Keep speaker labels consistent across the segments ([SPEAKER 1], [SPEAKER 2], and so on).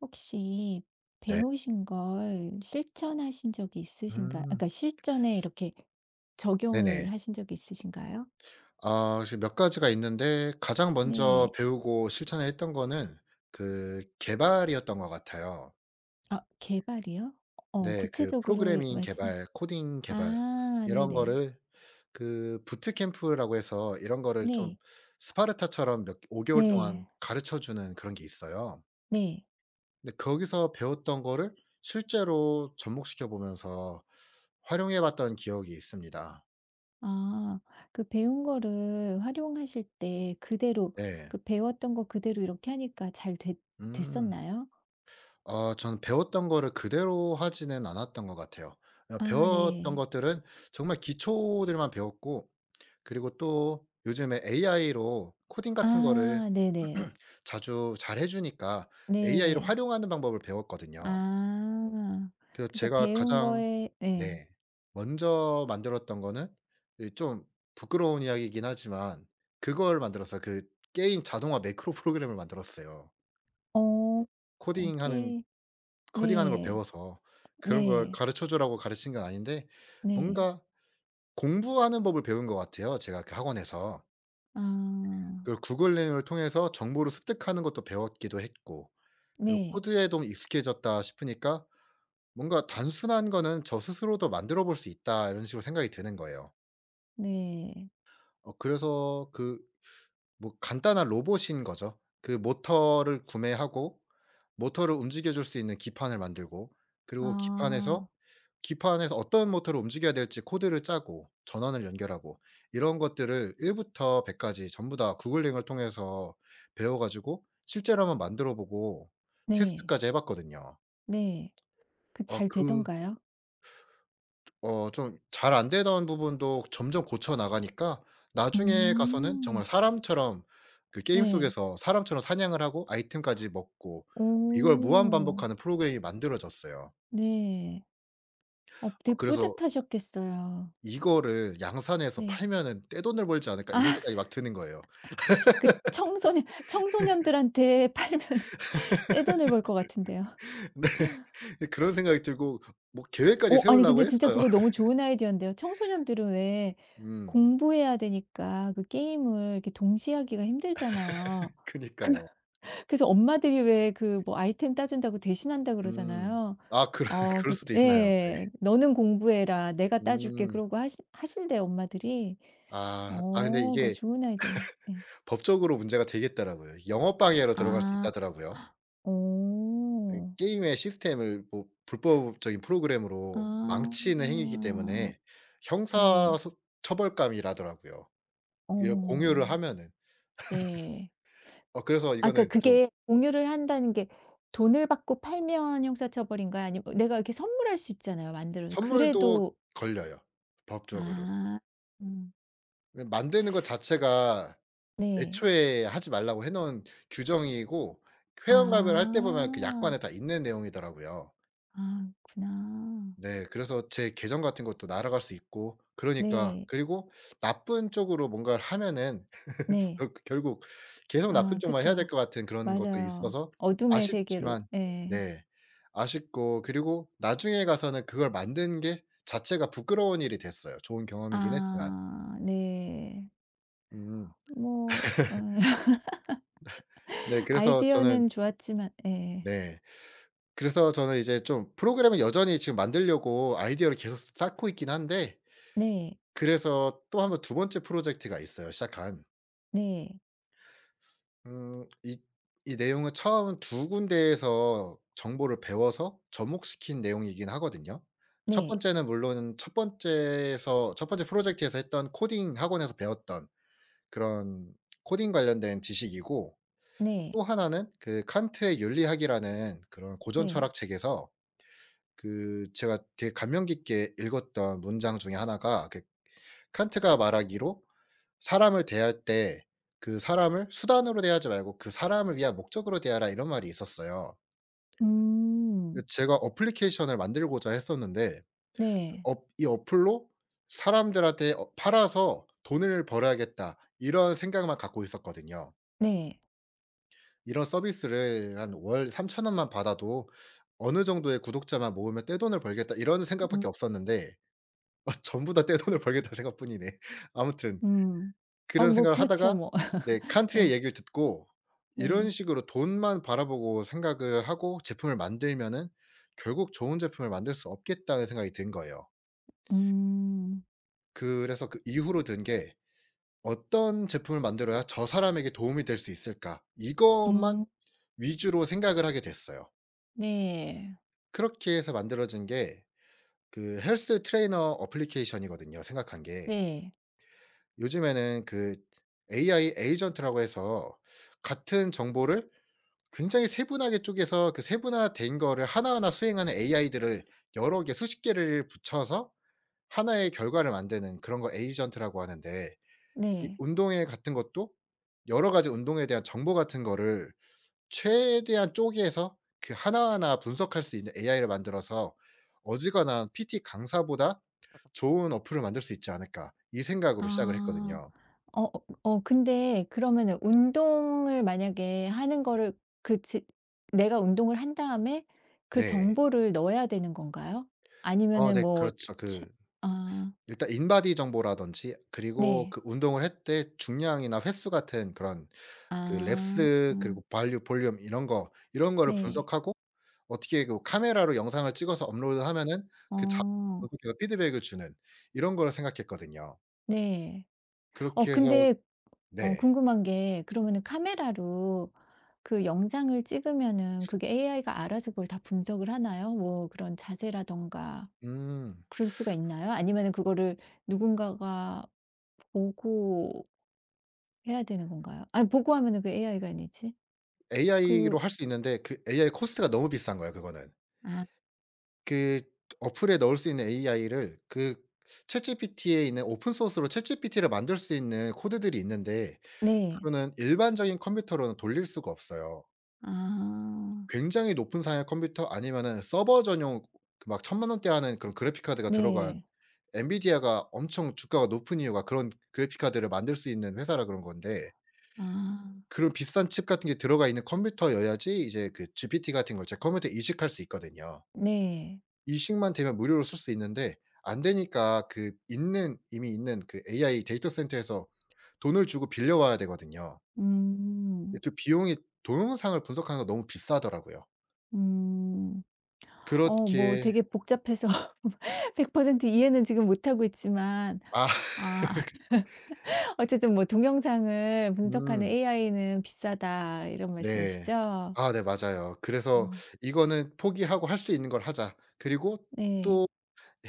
[SPEAKER 1] 혹시
[SPEAKER 2] 네.
[SPEAKER 1] 배우신 걸 실천하신 적이 있으신가요? 아
[SPEAKER 2] 음.
[SPEAKER 1] 그러니까 실전에 이렇게
[SPEAKER 2] 네네.
[SPEAKER 1] 적용을 하신 적이 있으신가요?
[SPEAKER 2] 지금 몇 가지가 있는데 가장 먼저
[SPEAKER 1] 네.
[SPEAKER 2] 배우고 실천을 했던 거는 그 개발이었던 것 같아요.
[SPEAKER 1] 아 개발이요? 어
[SPEAKER 2] 네. 그
[SPEAKER 1] 구체적으로 예
[SPEAKER 2] 프로그래밍
[SPEAKER 1] 말씀.
[SPEAKER 2] 개발, 코딩 개발
[SPEAKER 1] 아
[SPEAKER 2] 이런
[SPEAKER 1] 네네.
[SPEAKER 2] 거를 그 부트캠프라고 해서 이런 거를 좀
[SPEAKER 1] 네.
[SPEAKER 2] 스파르타처럼 몇 5 개월 동안
[SPEAKER 1] 네.
[SPEAKER 2] 가르쳐 주는 그런 게 있어요.
[SPEAKER 1] 네.
[SPEAKER 2] 근데 거기서 배웠던 거를 실제로 접목시켜 보면서 활용해 봤던 기억이 있습니다.
[SPEAKER 1] 아 그 배운 거를 활용하실 때 그대로
[SPEAKER 2] 네.
[SPEAKER 1] 그 배웠던 거 그대로 이렇게 하니까 잘 됐
[SPEAKER 2] 음.
[SPEAKER 1] 됐었나요?
[SPEAKER 2] 저는 배웠던 거를 그대로 하지는 않았던 것 같아요.
[SPEAKER 1] 아
[SPEAKER 2] 배웠던
[SPEAKER 1] 네.
[SPEAKER 2] 것들은 정말 기초들만 배웠고 그리고 또 요즘에 AI로 코딩 같은 거를
[SPEAKER 1] 아 네네.
[SPEAKER 2] 자주 잘해 주니까 AI를
[SPEAKER 1] 네.
[SPEAKER 2] 활용하는 방법을 배웠거든요.
[SPEAKER 1] 아.
[SPEAKER 2] 그래서
[SPEAKER 1] 그래서
[SPEAKER 2] 제가
[SPEAKER 1] 배운
[SPEAKER 2] 가장
[SPEAKER 1] 거에 네.
[SPEAKER 2] 네 먼저 만들었던 거는 이좀 부끄러운 이야기이긴 하지만 그걸 만들었어요. 그 게임 자동화 매크로 프로그램을 만들었어요.
[SPEAKER 1] 어. 어
[SPEAKER 2] 코딩하는
[SPEAKER 1] 꽤
[SPEAKER 2] 코딩하는 걸
[SPEAKER 1] 네.
[SPEAKER 2] 배워서 그런 걸
[SPEAKER 1] 네.
[SPEAKER 2] 가르쳐 주라고 가르친 건 아닌데
[SPEAKER 1] 네.
[SPEAKER 2] 뭔가 공부하는 법을 배운 것 같아요, 제가 그 학원에서.
[SPEAKER 1] 아.
[SPEAKER 2] 그리고 구글링을 통해서 정보를 습득하는 것도 배웠기도 했고 그리고
[SPEAKER 1] 네.
[SPEAKER 2] '코드에도 익숙해졌다.' 싶으니까 뭔가 '단순한 거는 저 스스로도 만들어 볼 수 있다.' 이런 식으로 생각이 드는 거예요.
[SPEAKER 1] 네.
[SPEAKER 2] 그래서 그 뭐 간단한 로봇인 거죠. 그 모터를 구매하고 모터를 움직여 줄 수 있는 기판을 만들고 그리고
[SPEAKER 1] 아.
[SPEAKER 2] 기판에서 어떤 모터를 움직여야 될지 코드를 짜고 전원을 연결하고 이런 것들을 1 부터 100 까지 전부 다 구글링을 통해서 배워 가지고 실제로 한번 만들어 보고
[SPEAKER 1] 네.
[SPEAKER 2] 테스트까지 해 봤거든요.
[SPEAKER 1] 네. 그
[SPEAKER 2] 어
[SPEAKER 1] 잘
[SPEAKER 2] 그
[SPEAKER 1] 되던가요?
[SPEAKER 2] 좀 잘 안 되던 부분도 점점 고쳐 나가니까 나중에 가서는
[SPEAKER 1] 음.
[SPEAKER 2] 정말 사람처럼 그 게임
[SPEAKER 1] 네.
[SPEAKER 2] 속에서 사람처럼 사냥을 하고 아이템까지 먹고 이걸 무한
[SPEAKER 1] 오.
[SPEAKER 2] 반복하는 프로그램이 만들어졌어요.
[SPEAKER 1] 네. 어 되게
[SPEAKER 2] 그래서
[SPEAKER 1] 뿌듯하셨겠어요.
[SPEAKER 2] '이거를 양산해서
[SPEAKER 1] 네.
[SPEAKER 2] 팔면은 떼돈을 벌지 않을까.' 이런
[SPEAKER 1] 아
[SPEAKER 2] 생각이 막 드는 거예요.
[SPEAKER 1] 그 청소년들한테 팔면은 떼돈을 벌 것 같은데요.
[SPEAKER 2] 네. 그런 생각이 들고 뭐 계획까지
[SPEAKER 1] 어 아니 근데
[SPEAKER 2] 세우려고
[SPEAKER 1] 진짜
[SPEAKER 2] 했어요.
[SPEAKER 1] 그거 너무 좋은 아이디어인데요. 청소년들은 왜
[SPEAKER 2] 음.
[SPEAKER 1] 공부해야 되니까 그 게임을 이렇게 동시에 하기가 힘들잖아요.
[SPEAKER 2] 그니까요.
[SPEAKER 1] 그래서 엄마들이 왜 그 뭐 아이템 따준다고 대신한다
[SPEAKER 2] 음.
[SPEAKER 1] 그러잖아요.
[SPEAKER 2] 아 그럴
[SPEAKER 1] 어
[SPEAKER 2] 그럴
[SPEAKER 1] 그
[SPEAKER 2] 수도 있나요? 네.
[SPEAKER 1] 예. "너는 공부해라. 내가 따줄게."
[SPEAKER 2] 음.
[SPEAKER 1] 그러고 하시 하신대 엄마들이.
[SPEAKER 2] 아. 아 근데
[SPEAKER 1] 어 그거
[SPEAKER 2] 이게
[SPEAKER 1] 좋은 아이디어네. 예.
[SPEAKER 2] 법적으로 문제가 되겠더라고요. 영업 방해로 들어갈 수
[SPEAKER 1] 아.
[SPEAKER 2] 있다더라고요. 이
[SPEAKER 1] 오.
[SPEAKER 2] 게임의 시스템을 뭐 불법적인 프로그램으로 망치는 행위이기
[SPEAKER 1] 아.
[SPEAKER 2] 때문에 형사
[SPEAKER 1] 네.
[SPEAKER 2] 소 처벌감이라더라고요, 이걸 공유를
[SPEAKER 1] 어.
[SPEAKER 2] 하면은.
[SPEAKER 1] 네.
[SPEAKER 2] 그래서
[SPEAKER 1] 아 그러니까
[SPEAKER 2] 이거는 좀
[SPEAKER 1] 그게 공유를 한다는 게 돈을 받고 팔면 형사 처벌인가요? 아니면 뭐 내가 이렇게 선물할 수 있잖아요 만들어서.
[SPEAKER 2] 선물도
[SPEAKER 1] 그래도.
[SPEAKER 2] 걸려요 법적으로.
[SPEAKER 1] 아. 음.
[SPEAKER 2] 예 만드는 것 자체가
[SPEAKER 1] 네.
[SPEAKER 2] 애초에 하지 말라고 해 놓은 규정이고 회원가입을 할 때 보면 그
[SPEAKER 1] 아.
[SPEAKER 2] 약관에 다 있는 내용이더라고요.
[SPEAKER 1] 아 그렇구나.
[SPEAKER 2] 네. 그래서 제 계정 같은 것도 날아갈 수 있고 그러니까
[SPEAKER 1] 네.
[SPEAKER 2] 그리고 나쁜 쪽으로 뭔가를 하면은
[SPEAKER 1] 네.
[SPEAKER 2] 저 결국 계속
[SPEAKER 1] 아
[SPEAKER 2] 나쁜 쪽만 해야 될
[SPEAKER 1] 그쵸.
[SPEAKER 2] 것 같은 그런 것도
[SPEAKER 1] 맞아요.
[SPEAKER 2] 있어서
[SPEAKER 1] 어둠의 세계로.
[SPEAKER 2] 아쉽지만
[SPEAKER 1] 예.
[SPEAKER 2] 네. 아쉽고 그리고 나중에 가서는 그걸 만든 게 자체가 부끄러운 일이 됐어요. 좋은 경험이긴 했지만.
[SPEAKER 1] 아 네.
[SPEAKER 2] 음.
[SPEAKER 1] 뭐. 어.
[SPEAKER 2] 네. 그래서 저는
[SPEAKER 1] 아이디어는 좋았지만 예.
[SPEAKER 2] 네. 그래서 저는 이제 좀 프로그램을 여전히 지금 만들려고 아이디어를 계속 쌓고 있긴 한데
[SPEAKER 1] 네.
[SPEAKER 2] 그래서 또 한 번 두 번째 프로젝트가 있어요 시작한.
[SPEAKER 1] 네.
[SPEAKER 2] 음 이 이 내용은 처음 두 군데에서 정보를 배워서 접목시킨 내용이긴 하거든요. 첫
[SPEAKER 1] 네.
[SPEAKER 2] 번째는 물론 첫 번째에서 첫 번째 프로젝트에서 했던 코딩 학원에서 배웠던 그런 코딩 관련된 지식이고
[SPEAKER 1] 네.
[SPEAKER 2] 또 하나는 그 칸트의 윤리학이라는 그런 고전
[SPEAKER 1] 네.
[SPEAKER 2] 철학 책에서 그 제가 되게 감명 깊게 읽었던 문장 중에 하나가 그 칸트가 말하기로 사람을 대할 때 그 사람을 수단으로 대하지 말고 '그 사람을 위한 목적으로 대하라.' 이런 말이 있었어요.
[SPEAKER 1] 음.
[SPEAKER 2] 근데 제가 어플리케이션을 만들고자 했었는데 그
[SPEAKER 1] 네.
[SPEAKER 2] 업이 어플로 '사람들한테 팔아서 돈을 벌어야겠다.' 이런 생각만 갖고 있었거든요.
[SPEAKER 1] 네.
[SPEAKER 2] 이런 서비스를 한 월3천 원만 받아도 '어느 정도의 구독자만 모으면 떼돈을 벌겠다.' 이런
[SPEAKER 1] 음.
[SPEAKER 2] 생각밖에 없었는데 전부 다 '떼돈을 벌겠다 생각뿐이네. 아무튼
[SPEAKER 1] 음. 아
[SPEAKER 2] 그런
[SPEAKER 1] 뭐
[SPEAKER 2] 생각을
[SPEAKER 1] 그렇죠
[SPEAKER 2] 하다가
[SPEAKER 1] 뭐.
[SPEAKER 2] 네 칸트의
[SPEAKER 1] 네.
[SPEAKER 2] 얘기를 듣고 이런
[SPEAKER 1] 네.
[SPEAKER 2] 식으로 돈만 바라보고 생각을 하고 제품을 만들면은 '결국 좋은 제품을 만들 수 없겠다.'는 생각이 든 거예요.
[SPEAKER 1] 음.
[SPEAKER 2] 그래서 그 이후로 든 게 '어떤 제품을 만들어야 저 사람에게 도움이 될 수 있을까?' 이것만
[SPEAKER 1] 음.
[SPEAKER 2] 위주로 생각을 하게 됐어요.
[SPEAKER 1] 네.
[SPEAKER 2] 그렇게 해서 만들어진 게 그 헬스 트레이너 어플리케이션이거든요 생각한 게.
[SPEAKER 1] 네.
[SPEAKER 2] 요즘에는 그 AI 에이전트라고 해서 같은 정보를 굉장히 세분하게 쪼개서 그 세분화된 거를 하나하나 수행하는 AI들을 여러 개 수십 개를 붙여서 하나의 결과를 만드는 그런 걸 에이전트라고 하는데 이
[SPEAKER 1] 네.
[SPEAKER 2] 운동회 같은 것도 여러 가지 운동에 대한 정보 같은 거를 최대한 쪼개서 그 하나하나 분석할 수 있는 AI를 만들어서 '어지간한 PT 강사보다 좋은 어플을 만들 수 있지 않을까.' 이 생각으로 시작을
[SPEAKER 1] 아.
[SPEAKER 2] 했거든요.
[SPEAKER 1] 근데 그러면은 운동을 만약에 하는 거를 그 지 내가 운동을 한 다음에 그
[SPEAKER 2] 네.
[SPEAKER 1] 정보를 넣어야 되는 건가요? 아니면은
[SPEAKER 2] 네
[SPEAKER 1] 뭐
[SPEAKER 2] 그렇죠.
[SPEAKER 1] 추
[SPEAKER 2] 그
[SPEAKER 1] 아
[SPEAKER 2] 일단 인바디 정보라든지 그리고
[SPEAKER 1] 네.
[SPEAKER 2] 그 운동을 할 때 중량이나 횟수 같은 그런 그
[SPEAKER 1] 아.
[SPEAKER 2] 랩스 그리고 발류 볼륨 이런 거 이런 거를
[SPEAKER 1] 네.
[SPEAKER 2] 분석하고 어떻게 그 카메라로 영상을 찍어서 업로드하면은 그 자
[SPEAKER 1] 어.
[SPEAKER 2] 분석해서 피드백을 주는 이런 거를 생각했거든요.
[SPEAKER 1] 네. 어
[SPEAKER 2] 그렇게 해서
[SPEAKER 1] 근데 어
[SPEAKER 2] 네.
[SPEAKER 1] 궁금한 게 그러면은 카메라로 그 영상을 찍으면은 그게 AI가 알아서 그걸 다 분석을 하나요? 뭐 그런 자세라든가
[SPEAKER 2] 음.
[SPEAKER 1] 그럴 수가 있나요? 아니면은 그거를 누군가가 보고 해야 되는 건가요? 아니 보고 하면은 그 AI가 아니지.
[SPEAKER 2] AI로
[SPEAKER 1] 그.
[SPEAKER 2] 할 수 있는데 그 AI 코스트가 너무 비싼 거예요 그거는.
[SPEAKER 1] 아
[SPEAKER 2] 그 어플에 넣을 수 있는 AI를 그 챗GPT에 있는 오픈 소스로 챗GPT를 만들 수 있는 코드들이 있는데
[SPEAKER 1] 네.
[SPEAKER 2] 그거는 일반적인 컴퓨터로는 돌릴 수가 없어요.
[SPEAKER 1] 아
[SPEAKER 2] 굉장히 높은 사양의 컴퓨터 아니면은 서버 전용 그 막 1,000만 원대 하는 그런 그래픽 카드가 들어간
[SPEAKER 1] 네.
[SPEAKER 2] 엔비디아가 엄청 주가가 높은 이유가 그런 그래픽 카드를 만들 수 있는 회사라 그런 건데
[SPEAKER 1] 아
[SPEAKER 2] 그런 비싼 칩 같은 게 들어가 있는 컴퓨터여야지 이제 그 GPT 같은 걸 제 컴퓨터에 이식할 수 있거든요.
[SPEAKER 1] 네.
[SPEAKER 2] 이식만 되면 무료로 쓸 수 있는데 안 되니까 그 있는 이미 있는 그 AI 데이터 센터에서 돈을 주고 빌려와야 되거든요.
[SPEAKER 1] 음.
[SPEAKER 2] 근데 그 비용이 동영상을 분석하는 거 너무 비싸더라고요.
[SPEAKER 1] 음. 어 뭐
[SPEAKER 2] 그렇게
[SPEAKER 1] 되게 복잡해서 100% 이해는 지금 못하고 있지만.
[SPEAKER 2] 아
[SPEAKER 1] 아 어쨌든 뭐 "동영상을 분석하는
[SPEAKER 2] 음
[SPEAKER 1] AI는 비싸다." 이런
[SPEAKER 2] 네.
[SPEAKER 1] 말씀이시죠?
[SPEAKER 2] 아 네 맞아요. 그래서
[SPEAKER 1] 어.
[SPEAKER 2] '이거는 포기하고 할 수 있는 걸 하자.' 그리고
[SPEAKER 1] 네.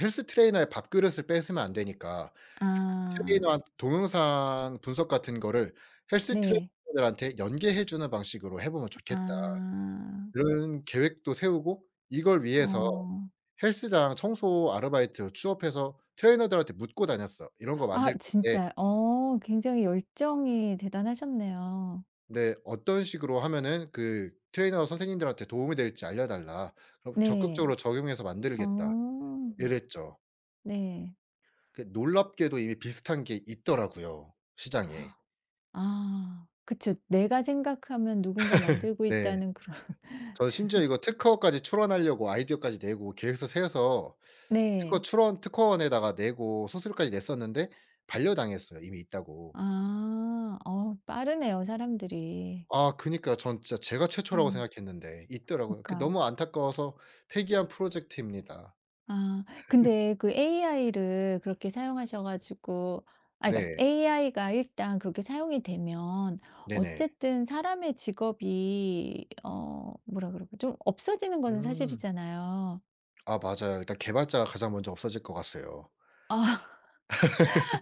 [SPEAKER 2] 헬스 트레이너의 밥그릇을 뺏으면 안 되니까
[SPEAKER 1] 아.
[SPEAKER 2] 트레이너한 동영상 분석 같은 거를 헬스
[SPEAKER 1] 네.
[SPEAKER 2] 트레이너들한테 연계해 주는 방식으로 해 보면 좋겠다.
[SPEAKER 1] 아.
[SPEAKER 2] 그런 계획도 세우고 이걸 위해서
[SPEAKER 1] 어.
[SPEAKER 2] 헬스장 청소 아르바이트 취업해서 트레이너들한테 묻고 다녔어. "이런 거
[SPEAKER 1] 아
[SPEAKER 2] 만들 건데
[SPEAKER 1] 진짜 어 굉장히 열정이 대단하셨네요.
[SPEAKER 2] 네 어떤 식으로 하면은 그 트레이너 선생님들한테 도움이 될지 알려 달라. 그럼
[SPEAKER 1] 네.
[SPEAKER 2] 적극적으로 적용해서 만들겠다."
[SPEAKER 1] 어.
[SPEAKER 2] 이랬죠.
[SPEAKER 1] 네.
[SPEAKER 2] 그 놀랍게도 이미 비슷한 게 있더라고요, 시장에.
[SPEAKER 1] 아 그쵸. 내가 생각하면 누군가 만들고
[SPEAKER 2] 네.
[SPEAKER 1] 있다는 그런.
[SPEAKER 2] 저 심지어 이거 특허까지 출원하려고 아이디어까지 내고 계획서 세워서 특허
[SPEAKER 1] 네.
[SPEAKER 2] 출원 특허원에다가 내고 수수료까지 냈었는데 반려당했어요, 이미 있다고.
[SPEAKER 1] 아. 어 빠르네요 사람들이.
[SPEAKER 2] 아 그니까요. 전 진짜 제가 최초라고
[SPEAKER 1] 음.
[SPEAKER 2] 생각했는데 있더라고요. 그
[SPEAKER 1] 그러니까.
[SPEAKER 2] 너무 안타까워서 폐기한 프로젝트입니다.
[SPEAKER 1] 아 근데 그 AI를 그렇게 사용하셔 가지고. 아 그러니까
[SPEAKER 2] 네.
[SPEAKER 1] AI가 일단 그렇게 사용이 되면
[SPEAKER 2] 네네.
[SPEAKER 1] 어쨌든 사람의 직업이 어 뭐라 그럴까 좀 없어지는 거는
[SPEAKER 2] 음.
[SPEAKER 1] 사실이잖아요.
[SPEAKER 2] 아 맞아요. 일단 개발자가 가장 먼저 없어질 것 같아요.
[SPEAKER 1] 아.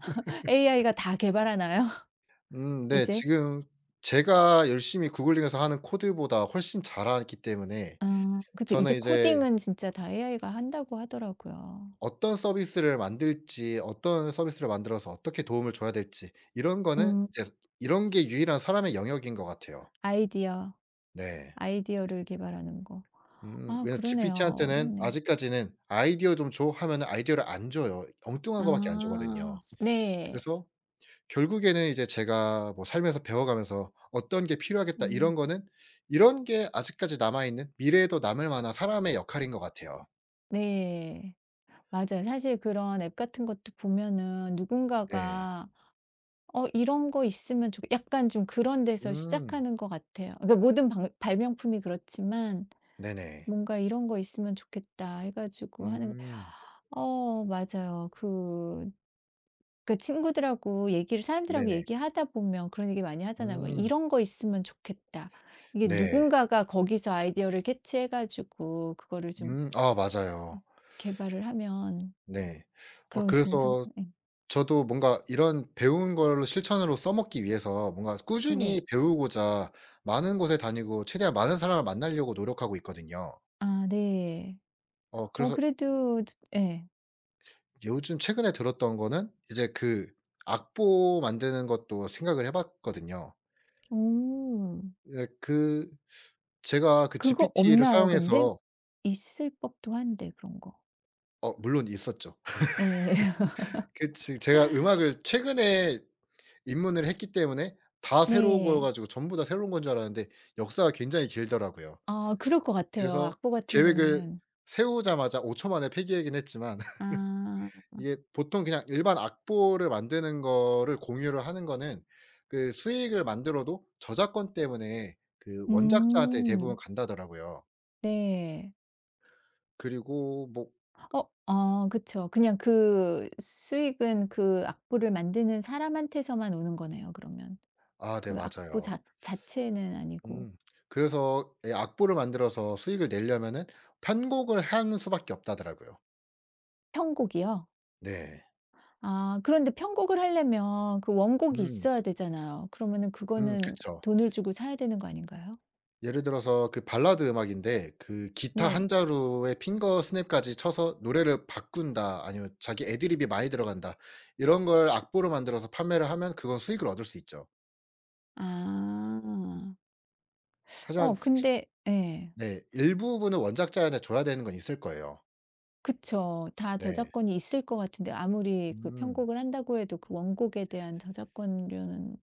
[SPEAKER 1] AI가 다 개발하나요?
[SPEAKER 2] 네.
[SPEAKER 1] 이제?
[SPEAKER 2] 지금 제가 열심히 구글링해서 하는 코드보다 훨씬 잘하기 때문에
[SPEAKER 1] 어 그쵸. 이제
[SPEAKER 2] 저는 이제
[SPEAKER 1] 코딩은 진짜 다 AI가 한다고 하더라고요.
[SPEAKER 2] 어떤 서비스를 만들지 어떤 서비스를 만들어서 어떻게 도움을 줘야 될지 이런 거는
[SPEAKER 1] 음.
[SPEAKER 2] 이제 이런 게 유일한 사람의 영역인 것 같아요.
[SPEAKER 1] 아이디어,
[SPEAKER 2] 네.
[SPEAKER 1] 아이디어를 개발하는 거.
[SPEAKER 2] 음.
[SPEAKER 1] 아
[SPEAKER 2] 왜냐면
[SPEAKER 1] 그러네요.
[SPEAKER 2] GPT한테는
[SPEAKER 1] 어렵네요.
[SPEAKER 2] 아직까지는 "아이디어 좀 줘." 하면은 아이디어를 안 줘요. 엉뚱한 거 밖에 안
[SPEAKER 1] 아
[SPEAKER 2] 주거든요.
[SPEAKER 1] 네.
[SPEAKER 2] 그래서 결국에는 이제 제가 뭐 살면서 배워가면서 '어떤 게 필요하겠다.' 이런
[SPEAKER 1] 음.
[SPEAKER 2] 거는 이런 게 아직까지 남아있는 미래에도 남을 만한 사람의 역할인 것 같아요.
[SPEAKER 1] 네. 맞아요. 사실 그런 앱 같은 것도 보면은
[SPEAKER 2] 네.
[SPEAKER 1] 누군가가 "어 이런 거 있으면 좋" 약간 좀 그런 데서
[SPEAKER 2] 음.
[SPEAKER 1] 시작하는 것 같아요. 그러니까 모든 방 발명품이 그렇지만
[SPEAKER 2] 네네.
[SPEAKER 1] 뭔가 '이런 거 있으면 좋겠다.' 해 가지고 하는.
[SPEAKER 2] 음.
[SPEAKER 1] 어 맞아요. 그 친구들하고 얘기를 사람들하고
[SPEAKER 2] 네네.
[SPEAKER 1] 얘기하다 보면 그런 얘기 많이 하잖아요. 뭐
[SPEAKER 2] 음.
[SPEAKER 1] "이런 거 있으면 좋겠다." 이게
[SPEAKER 2] 네.
[SPEAKER 1] 누군가가 거기서 아이디어를 캐치해 가지고 그거를 좀.
[SPEAKER 2] 음. 아 맞아요.
[SPEAKER 1] 음. 개발을 하면
[SPEAKER 2] 네.
[SPEAKER 1] 그럼 좋은
[SPEAKER 2] 그래서
[SPEAKER 1] 상품 예.
[SPEAKER 2] 저도 뭔가 이런 배운 걸 실천으로 써먹기 위해서 뭔가
[SPEAKER 1] 네.
[SPEAKER 2] 꾸준히 배우고자 많은 곳에 다니고 최대한 많은 사람을 만나려고 노력하고 있거든요.
[SPEAKER 1] 아 네. 어
[SPEAKER 2] 그래서
[SPEAKER 1] 그래도 예.
[SPEAKER 2] 요즘 최근에 들었던 거는 이제 그 악보 만드는 것도 생각을 해 봤거든요.
[SPEAKER 1] 오.
[SPEAKER 2] 예 그 제가 그
[SPEAKER 1] 그거
[SPEAKER 2] GPT를
[SPEAKER 1] 없나요 근데?
[SPEAKER 2] 사용해서
[SPEAKER 1] 있을 법도 한데 그런 거.
[SPEAKER 2] 물론 있었죠.
[SPEAKER 1] 네.
[SPEAKER 2] 그 지 제가 음악을 최근에 입문을 했기 때문에 다 새로운 거여
[SPEAKER 1] 네.
[SPEAKER 2] 가지고 전부 다 새로운 건 줄 알았는데 역사가 굉장히 길더라고요.
[SPEAKER 1] 아 그럴 것 같아요
[SPEAKER 2] 그래서
[SPEAKER 1] 악보 같은
[SPEAKER 2] 계획을
[SPEAKER 1] 거는.
[SPEAKER 2] 세우자마자 5초 만에 폐기하긴 했지만
[SPEAKER 1] 아.
[SPEAKER 2] 이게 보통 그냥 일반 악보를 만드는 거를 공유를 하는 거는 그 수익을 만들어도 저작권 때문에 그 원작자한테 대부분
[SPEAKER 1] 음.
[SPEAKER 2] 간다더라고요.
[SPEAKER 1] 네.
[SPEAKER 2] 그리고 뭐
[SPEAKER 1] 어 그쵸. 그냥 그 수익은 그 악보를 만드는 사람한테서만 오는 거네요 그러면.
[SPEAKER 2] 아 네
[SPEAKER 1] 그 악보
[SPEAKER 2] 맞아요.
[SPEAKER 1] 자 자체는 아니고.
[SPEAKER 2] 음. 그래서 이 악보를 만들어서 수익을 내려면은 편곡을 하는 수밖에 없다더라고요.
[SPEAKER 1] 편곡이요?
[SPEAKER 2] 네.
[SPEAKER 1] 아 그런데 편곡을 하려면 그 원곡이
[SPEAKER 2] 음.
[SPEAKER 1] 있어야 되잖아요. 그러면은 그거는
[SPEAKER 2] 그쵸.
[SPEAKER 1] 돈을 주고 사야 되는 거 아닌가요?
[SPEAKER 2] 예를 들어서 그 발라드 음악인데 그 기타 한
[SPEAKER 1] 네.
[SPEAKER 2] 자루에 핑거 스냅까지 쳐서 노래를 바꾼다 아니면 자기 애드립이 많이 들어간다 이런 걸 악보로 만들어서 판매를 하면 그건 수익을 얻을 수 있죠.
[SPEAKER 1] 아. 어
[SPEAKER 2] 하지만
[SPEAKER 1] 근데 예.
[SPEAKER 2] 네 일부분은 원작자한테 줘야 되는 건 있을 거예요.
[SPEAKER 1] 그쵸. 다
[SPEAKER 2] 네.
[SPEAKER 1] 저작권이 있을 것 같은데 아무리 그
[SPEAKER 2] 음.
[SPEAKER 1] 편곡을 한다고 해도 그 원곡에 대한 저작권료는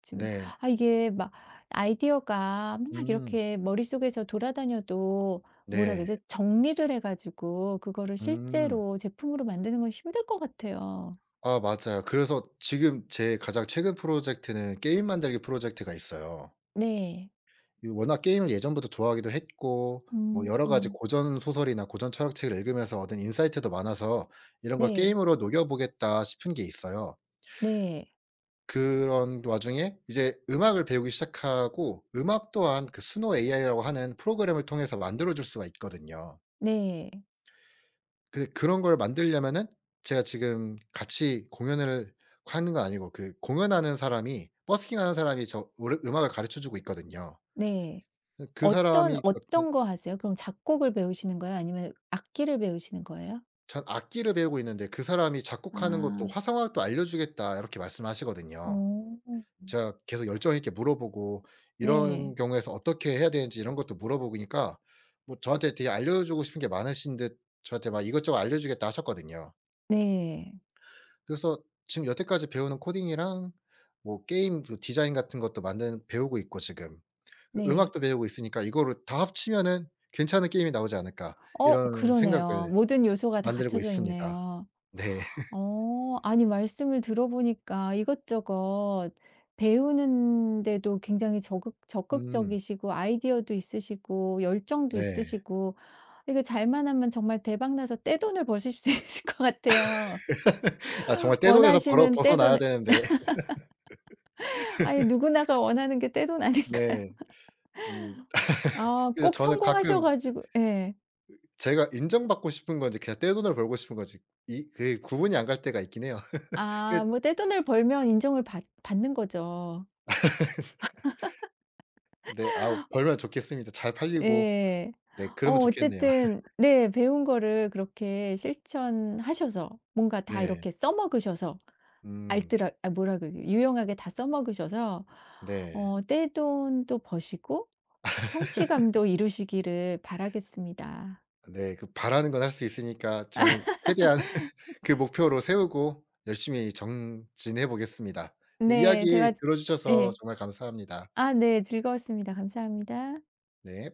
[SPEAKER 1] 지금.
[SPEAKER 2] 네.
[SPEAKER 1] 아 이게 막 아이디어가 막
[SPEAKER 2] 음.
[SPEAKER 1] 이렇게 머릿속에서 돌아다녀도 뭐라
[SPEAKER 2] 네.
[SPEAKER 1] 그러지? 정리를 해 가지고 그거를
[SPEAKER 2] 음.
[SPEAKER 1] 실제로 제품으로 만드는 건 힘들 것 같아요.
[SPEAKER 2] 아 맞아요. 그래서 지금 제 가장 최근 프로젝트는 게임 만들기 프로젝트가 있어요.
[SPEAKER 1] 네.
[SPEAKER 2] 이 워낙 게임을 예전부터 좋아하기도 했고 뭐
[SPEAKER 1] 음.
[SPEAKER 2] 여러 가지
[SPEAKER 1] 음.
[SPEAKER 2] 고전 소설이나 고전 철학책을 읽으면서 얻은 인사이트도 많아서 '이런 걸
[SPEAKER 1] 네.
[SPEAKER 2] 게임으로 녹여 보겠다.' 싶은 게 있어요.
[SPEAKER 1] 네.
[SPEAKER 2] 그런 와중에 이제 음악을 배우기 시작하고 음악 또한 그 수노 AI라고 하는 프로그램을 통해서 만들어 줄 수가 있거든요.
[SPEAKER 1] 네.
[SPEAKER 2] 근데 그런 걸 만들려면은 제가 지금 같이 공연을 하는 건 아니고 그 공연하는 사람이 버스킹하는 사람이 저 노래 음악을 가르쳐 주고 있거든요.
[SPEAKER 1] 네.
[SPEAKER 2] 그
[SPEAKER 1] 어떤
[SPEAKER 2] 사람이
[SPEAKER 1] 어떤 거 하세요? 그럼 작곡을 배우시는 거예요? 아니면 악기를 배우시는 거예요?
[SPEAKER 2] 전 악기를 배우고 있는데 그 사람이 작곡하는 것도
[SPEAKER 1] 아.
[SPEAKER 2] "화성학도 알려주겠다." 이렇게 말씀하시거든요.
[SPEAKER 1] 어.
[SPEAKER 2] 제가 계속 열정 있게 물어보고 이런
[SPEAKER 1] 네.
[SPEAKER 2] 경우에서 어떻게 해야 되는지 이런 것도 물어보니까 뭐 저한테 되게 알려주고 싶은 게 많으신 듯 저한테 막 "이것저것 알려주겠다." 하셨거든요.
[SPEAKER 1] 네.
[SPEAKER 2] 그래서 지금 여태까지 배우는 코딩이랑 뭐 게임 그 디자인 같은 것도 만드는 배우고 있고 지금
[SPEAKER 1] 네.
[SPEAKER 2] 음악도 배우고 있으니까 '이거를 다 합치면은 괜찮은 게임이 나오지 않을까.'
[SPEAKER 1] 어
[SPEAKER 2] 이런
[SPEAKER 1] 그러네요.
[SPEAKER 2] 생각을
[SPEAKER 1] 모든 요소가 다
[SPEAKER 2] 만들고
[SPEAKER 1] 갖춰져
[SPEAKER 2] 있습니다.
[SPEAKER 1] 있네요.
[SPEAKER 2] 네.
[SPEAKER 1] 어. 아니 말씀을 들어보니까 이것저것 배우는데도 굉장히 적극
[SPEAKER 2] 음.
[SPEAKER 1] 적극적이시고 아이디어도 있으시고 열정도
[SPEAKER 2] 네.
[SPEAKER 1] 있으시고 이거 잘만 하면 정말 대박 나서 떼돈을 버실 수 있을 것 같아요.
[SPEAKER 2] 아 정말 떼돈에서 벌어
[SPEAKER 1] 원하시는
[SPEAKER 2] 벗어나야
[SPEAKER 1] 떼돈을.
[SPEAKER 2] 되는데
[SPEAKER 1] 아니 누구나가 원하는 게 떼돈 아닐까요?
[SPEAKER 2] 네. 음
[SPEAKER 1] 아
[SPEAKER 2] 그래서
[SPEAKER 1] 꼭
[SPEAKER 2] 저는
[SPEAKER 1] 성공하셔
[SPEAKER 2] 가끔
[SPEAKER 1] 가지고 예.
[SPEAKER 2] 제가 인정받고 싶은 건지 그냥 떼돈을 벌고 싶은 건지 이 그 구분이 안 갈 때가 있긴 해요. 그
[SPEAKER 1] 아 뭐 떼돈을 벌면 인정을 받 받는 거죠.
[SPEAKER 2] 네. 아 벌면 좋겠습니다. 잘 팔리고
[SPEAKER 1] 예.
[SPEAKER 2] 네 그러면
[SPEAKER 1] 어
[SPEAKER 2] 좋겠네요.
[SPEAKER 1] 어쨌든 네 배운 거를 그렇게 실천하셔서 뭔가 다
[SPEAKER 2] 네.
[SPEAKER 1] 이렇게 써먹으셔서
[SPEAKER 2] 음
[SPEAKER 1] 알뜰하 아 뭐라 그래요? 유용하게 다 써먹으셔서
[SPEAKER 2] 네.
[SPEAKER 1] 어 떼돈도 버시고 성취감도 이루시기를 바라겠습니다.
[SPEAKER 2] 네. 그 바라는 건 할 수 있으니까 저는 최대한 그 목표로 세우고 열심히 정진해 보겠습니다. 네
[SPEAKER 1] 네.
[SPEAKER 2] 이야기
[SPEAKER 1] 대화
[SPEAKER 2] 들어 주셔서
[SPEAKER 1] 네.
[SPEAKER 2] 정말 감사합니다.
[SPEAKER 1] 아 네. 즐거웠습니다. 감사합니다.
[SPEAKER 2] 네.